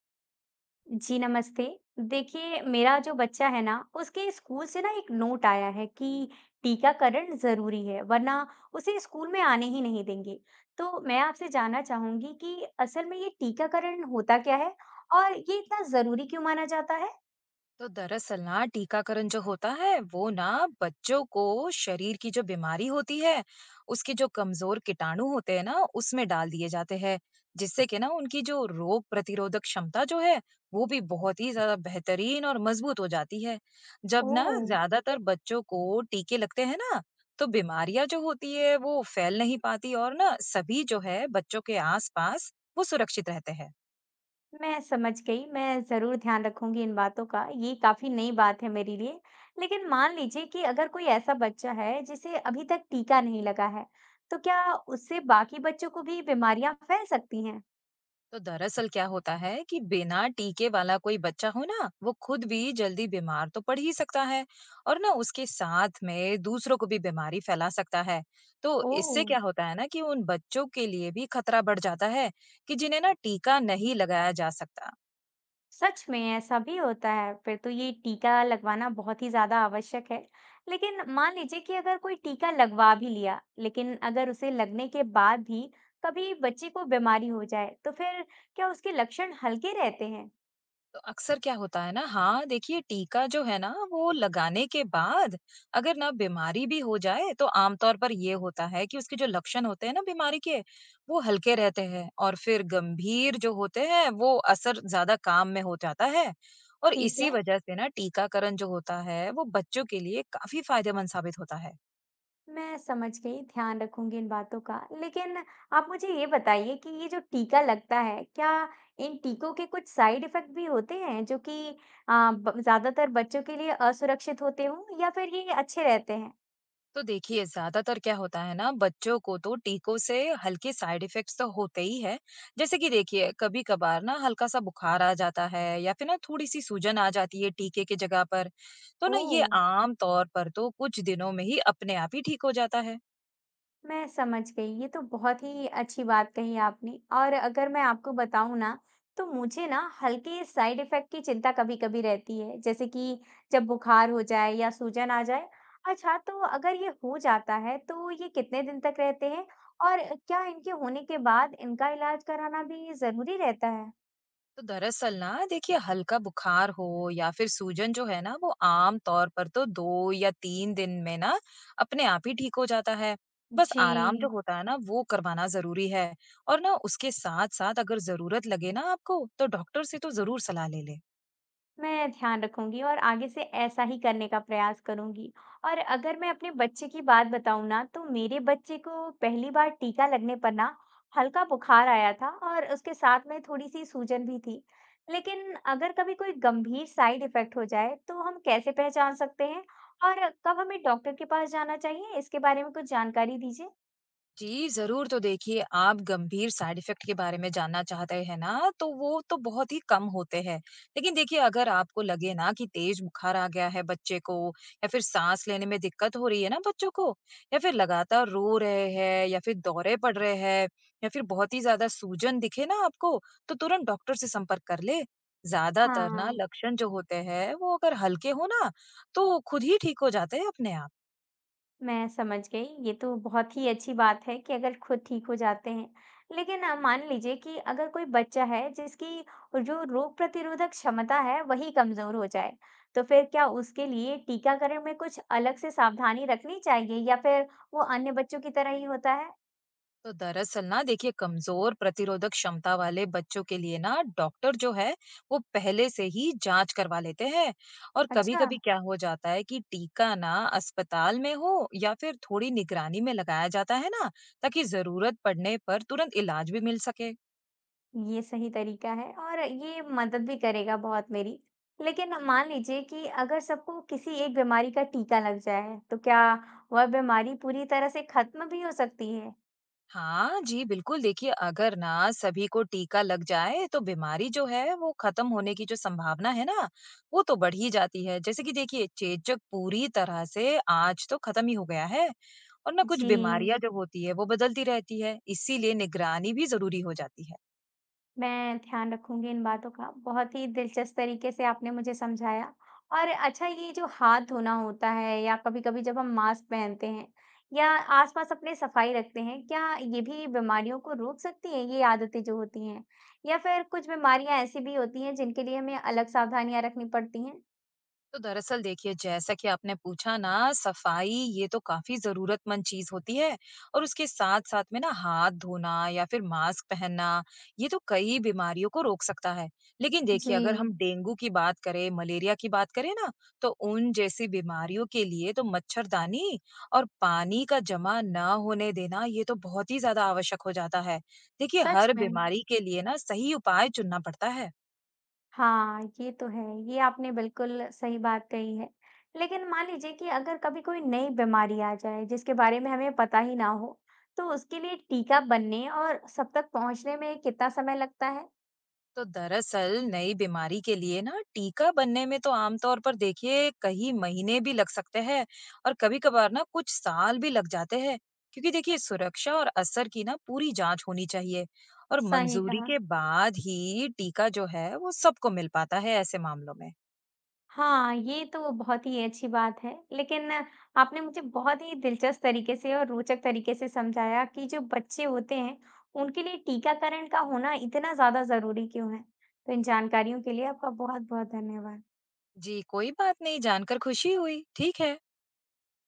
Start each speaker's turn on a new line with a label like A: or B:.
A: जी नमस्ते। देखिए मेरा जो बच्चा है ना उसके स्कूल से ना एक नोट आया है कि टीकाकरण ज़रूरी है वरना उसे स्कूल में आने ही नहीं देंगे। तो मैं आपसे जानना चाहूंगी कि असल में ये टीकाकरण होता क्या है और ये इतना ज़रूरी क्यों माना जाता है?
B: तो दरअसल ना टीकाकरण जो होता है वो ना बच्चों को शरीर की जो बीमारी होती है उसके जो कमजोर कीटाणु होते हैं ना उसमें डाल दिए जाते हैं, जिससे कि ना उनकी जो रोग प्रतिरोधक क्षमता जो है वो भी बहुत ही ज्यादा बेहतरीन और मजबूत हो जाती है। जब ना
A: ओह,
B: ज्यादातर बच्चों को टीके लगते हैं ना तो बीमारियां जो होती है वो फैल नहीं पाती और ना सभी जो है बच्चों के आसपास वो सुरक्षित रहते हैं।
A: मैं समझ गई। मैं ज़रूर ध्यान रखूँगी इन बातों का। ये काफ़ी नई बात है मेरे लिए। लेकिन मान लीजिए कि अगर कोई ऐसा बच्चा है जिसे अभी तक टीका नहीं लगा है, तो क्या उससे बाकी बच्चों को भी बीमारियाँ फैल सकती हैं?
B: तो दरअसल क्या होता है कि बिना टीके वाला कोई बच्चा हो ना वो खुद भी जल्दी बीमार तो पड़ ही सकता है और ना उसके साथ में दूसरों को भी बीमारी फैला सकता है। तो
A: ओह!
B: इससे क्या होता है ना कि उन बच्चों के लिए भी खतरा बढ़ जाता है कि जिन्हें ना टीका नहीं लगाया जा सकता।
A: सच में ऐसा भी होता है। फिर तो ये टीका लगवाना बहुत ही ज़्यादा आवश्यक है। लेकिन मान लीजिए कि अगर कोई टीका लगवा भी लिया, लेकिन अगर उसे लगने के बाद भी कभी बच्चे को बीमारी हो जाए, तो फिर क्या उसके लक्षण हल्के रहते हैं?
B: तो अक्सर क्या होता है ना, हाँ देखिए, टीका जो है ना वो लगाने के बाद अगर ना बीमारी भी हो जाए तो आमतौर पर ये होता है कि उसके जो लक्षण होते हैं ना बीमारी के वो हल्के रहते हैं, और फिर गंभीर जो होते हैं वो असर ज्यादा काम में हो जाता है। और
A: ठीक
B: इसी
A: है।
B: वजह से ना टीकाकरण जो होता है वो बच्चों के लिए काफी फायदेमंद साबित होता है।
A: मैं समझ गई, ध्यान रखूंगी इन बातों का। लेकिन आप मुझे ये बताइए कि ये जो टीका लगता है, क्या इन टीकों के कुछ साइड इफ़ेक्ट भी होते हैं जो कि ब ज़्यादातर बच्चों के लिए असुरक्षित होते हों या फिर ये अच्छे रहते हैं?
B: तो देखिए ज्यादातर क्या होता है ना, बच्चों को तो टीकों से हल्के साइड इफेक्ट्स तो होते ही है। जैसे कि देखिए कभी कभार ना हल्का सा बुखार आ जाता है या फिर ना थोड़ी सी सूजन आ जाती है टीके की जगह पर। तो ना
A: ओह!
B: ये आम तौर पर तो कुछ दिनों में ही अपने आप ही ठीक हो जाता है।
A: मैं समझ गई। ये तो बहुत ही अच्छी बात कही आपने। और अगर मैं आपको बताऊँ ना, तो मुझे ना हल्के साइड इफ़ेक्ट की चिंता कभी-कभी रहती है, जैसे कि जब बुखार हो जाए या सूजन आ जाए। अच्छा, तो अगर ये हो जाता है, तो ये कितने दिन तक रहते हैं और क्या इनके होने के बाद इनका इलाज कराना भी ज़रूरी रहता है?
B: तो दरअसल ना देखिए, हल्का बुखार हो या फिर सूजन जो है ना वो आम तौर पर तो दो या तीन दिन में ना अपने आप ही ठीक हो जाता है। बस
A: जी।
B: आराम जो होता है ना वो करवाना जरूरी है, और ना उसके साथ साथ अगर जरूरत लगे ना आपको तो डॉक्टर से तो जरूर सलाह ले ले।
A: मैं ध्यान रखूंगी और आगे से ऐसा ही करने का प्रयास करूंगी। और अगर मैं अपने बच्चे की बात बताऊं ना, तो मेरे बच्चे को पहली बार टीका लगने पर ना हल्का बुखार आया था और उसके साथ में थोड़ी सी सूजन भी थी। लेकिन अगर कभी कोई गंभीर साइड इफेक्ट हो जाए, तो हम कैसे पहचान सकते हैं और कब हमें डॉक्टर के पास जाना चाहिए? इसके बारे में कुछ जानकारी दीजिए।
B: जी, ज़रूर। तो देखिए आप गंभीर साइड इफ़ेक्ट के बारे में जानना चाहते हैं ना, तो वो तो बहुत ही कम होते हैं। लेकिन देखिए अगर आपको लगे ना कि तेज़ बुखार आ गया है बच्चे को, या फिर साँस लेने में दिक्कत हो रही है ना बच्चों को, या फिर लगातार रो रहे हैं या फिर दौरे पड़ रहे हैं, या फिर बहुत ही ज़्यादा सूजन दिखे ना आपको, तो तुरंत डॉक्टर से संपर्क कर ले। ज़्यादातर ना
A: हाँ,
B: लक्षण जो होते हैं वो अगर हल्के हो ना, तो खुद ही ठीक हो जाते हैं अपने आप।
A: मैं समझ गई। ये तो बहुत ही अच्छी बात है कि अगर खुद ठीक हो जाते हैं। लेकिन मान लीजिए कि अगर कोई बच्चा है जिसकी जो रोग प्रतिरोधक क्षमता है वही कमजोर हो जाए, तो फिर क्या उसके लिए टीकाकरण में कुछ अलग से सावधानी रखनी चाहिए या फिर वो अन्य बच्चों की तरह ही होता है?
B: तो दरअसल ना देखिए, कमजोर प्रतिरोधक क्षमता वाले बच्चों के लिए ना डॉक्टर जो है वो पहले से ही जांच करवा लेते हैं। और
A: अच्छा,
B: कभी-कभी क्या हो जाता है कि टीका ना अस्पताल में हो या फिर थोड़ी निगरानी में लगाया जाता है ना, ताकि जरूरत पड़ने पर तुरंत इलाज भी मिल सके।
A: ये सही तरीका है और ये मदद भी करेगा बहुत मेरी। लेकिन मान लीजिए कि अगर सबको किसी एक बीमारी का टीका लग जाए, तो क्या वह बीमारी पूरी तरह से खत्म भी हो सकती है?
B: हाँ जी, बिल्कुल। देखिए अगर ना सभी को टीका लग जाए तो बीमारी जो है वो खत्म होने की जो संभावना है ना, वो तो बढ़ ही जाती है। जैसे कि देखिए चेचक पूरी तरह से आज तो खत्म ही हो गया है। और ना कुछ
A: जी,
B: बीमारियां जो होती है वो बदलती रहती है, इसीलिए निगरानी भी जरूरी हो जाती है।
A: मैं ध्यान रखूँगी इन बातों का। बहुत ही दिलचस्प तरीके से आपने मुझे समझाया। और अच्छा, ये जो हाथ धोना होता है या कभी-कभी जब हम मास्क पहनते हैं या आस-पास अपने सफाई रखते हैं, क्या ये भी बीमारियों को रोक सकती हैं, ये आदतें जो होती हैं? या फिर कुछ बीमारियाँ ऐसी भी होती हैं जिनके लिए हमें अलग सावधानियाँ रखनी पड़ती हैं?
B: तो दरअसल देखिए, जैसा कि आपने पूछा ना, सफाई ये तो काफी जरूरतमंद चीज होती है। और उसके साथ साथ में ना हाथ धोना या फिर मास्क पहनना ये तो कई बीमारियों को रोक सकता है। लेकिन देखिए अगर
A: जी,
B: हम डेंगू की बात करें, मलेरिया की बात करें ना, तो उन जैसी बीमारियों के लिए तो मच्छरदानी और पानी का जमा ना होने देना ये तो बहुत ही ज्यादा आवश्यक हो जाता है। देखिए
A: सच
B: हर
A: में।
B: बीमारी के लिए ना सही उपाय चुनना पड़ता है।
A: हाँ, ये तो है। ये आपने बिल्कुल सही बात कही है। लेकिन मान लीजिए कि अगर कभी कोई नई बीमारी आ जाए जिसके बारे में हमें पता ही ना हो, तो उसके लिए टीका बनने और सब तक पहुँचने में कितना समय लगता है?
B: तो दरअसल नई बीमारी के लिए ना टीका बनने में तो आमतौर पर देखिए कई महीने भी लग सकते हैं, और कभी कभार ना कुछ साल भी लग जाते हैं। क्योंकि देखिए सुरक्षा और असर की ना पूरी जांच होनी चाहिए, और
A: सही
B: मंजूरी
A: कहा।
B: के बाद ही टीका जो है वो सबको मिल पाता है ऐसे मामलों में।
A: हाँ, ये तो बहुत ही अच्छी बात है। लेकिन आपने मुझे बहुत ही दिलचस्प तरीके से और रोचक तरीके से समझाया कि जो बच्चे होते हैं, उनके लिए टीकाकरण का होना इतना ज़्यादा ज़रूरी क्यों है। तो इन जानकारियों के लिए आपका बहुत-बहुत धन्यवाद।
B: जी कोई बात नहीं, जानकर खुशी हुई। ठीक है।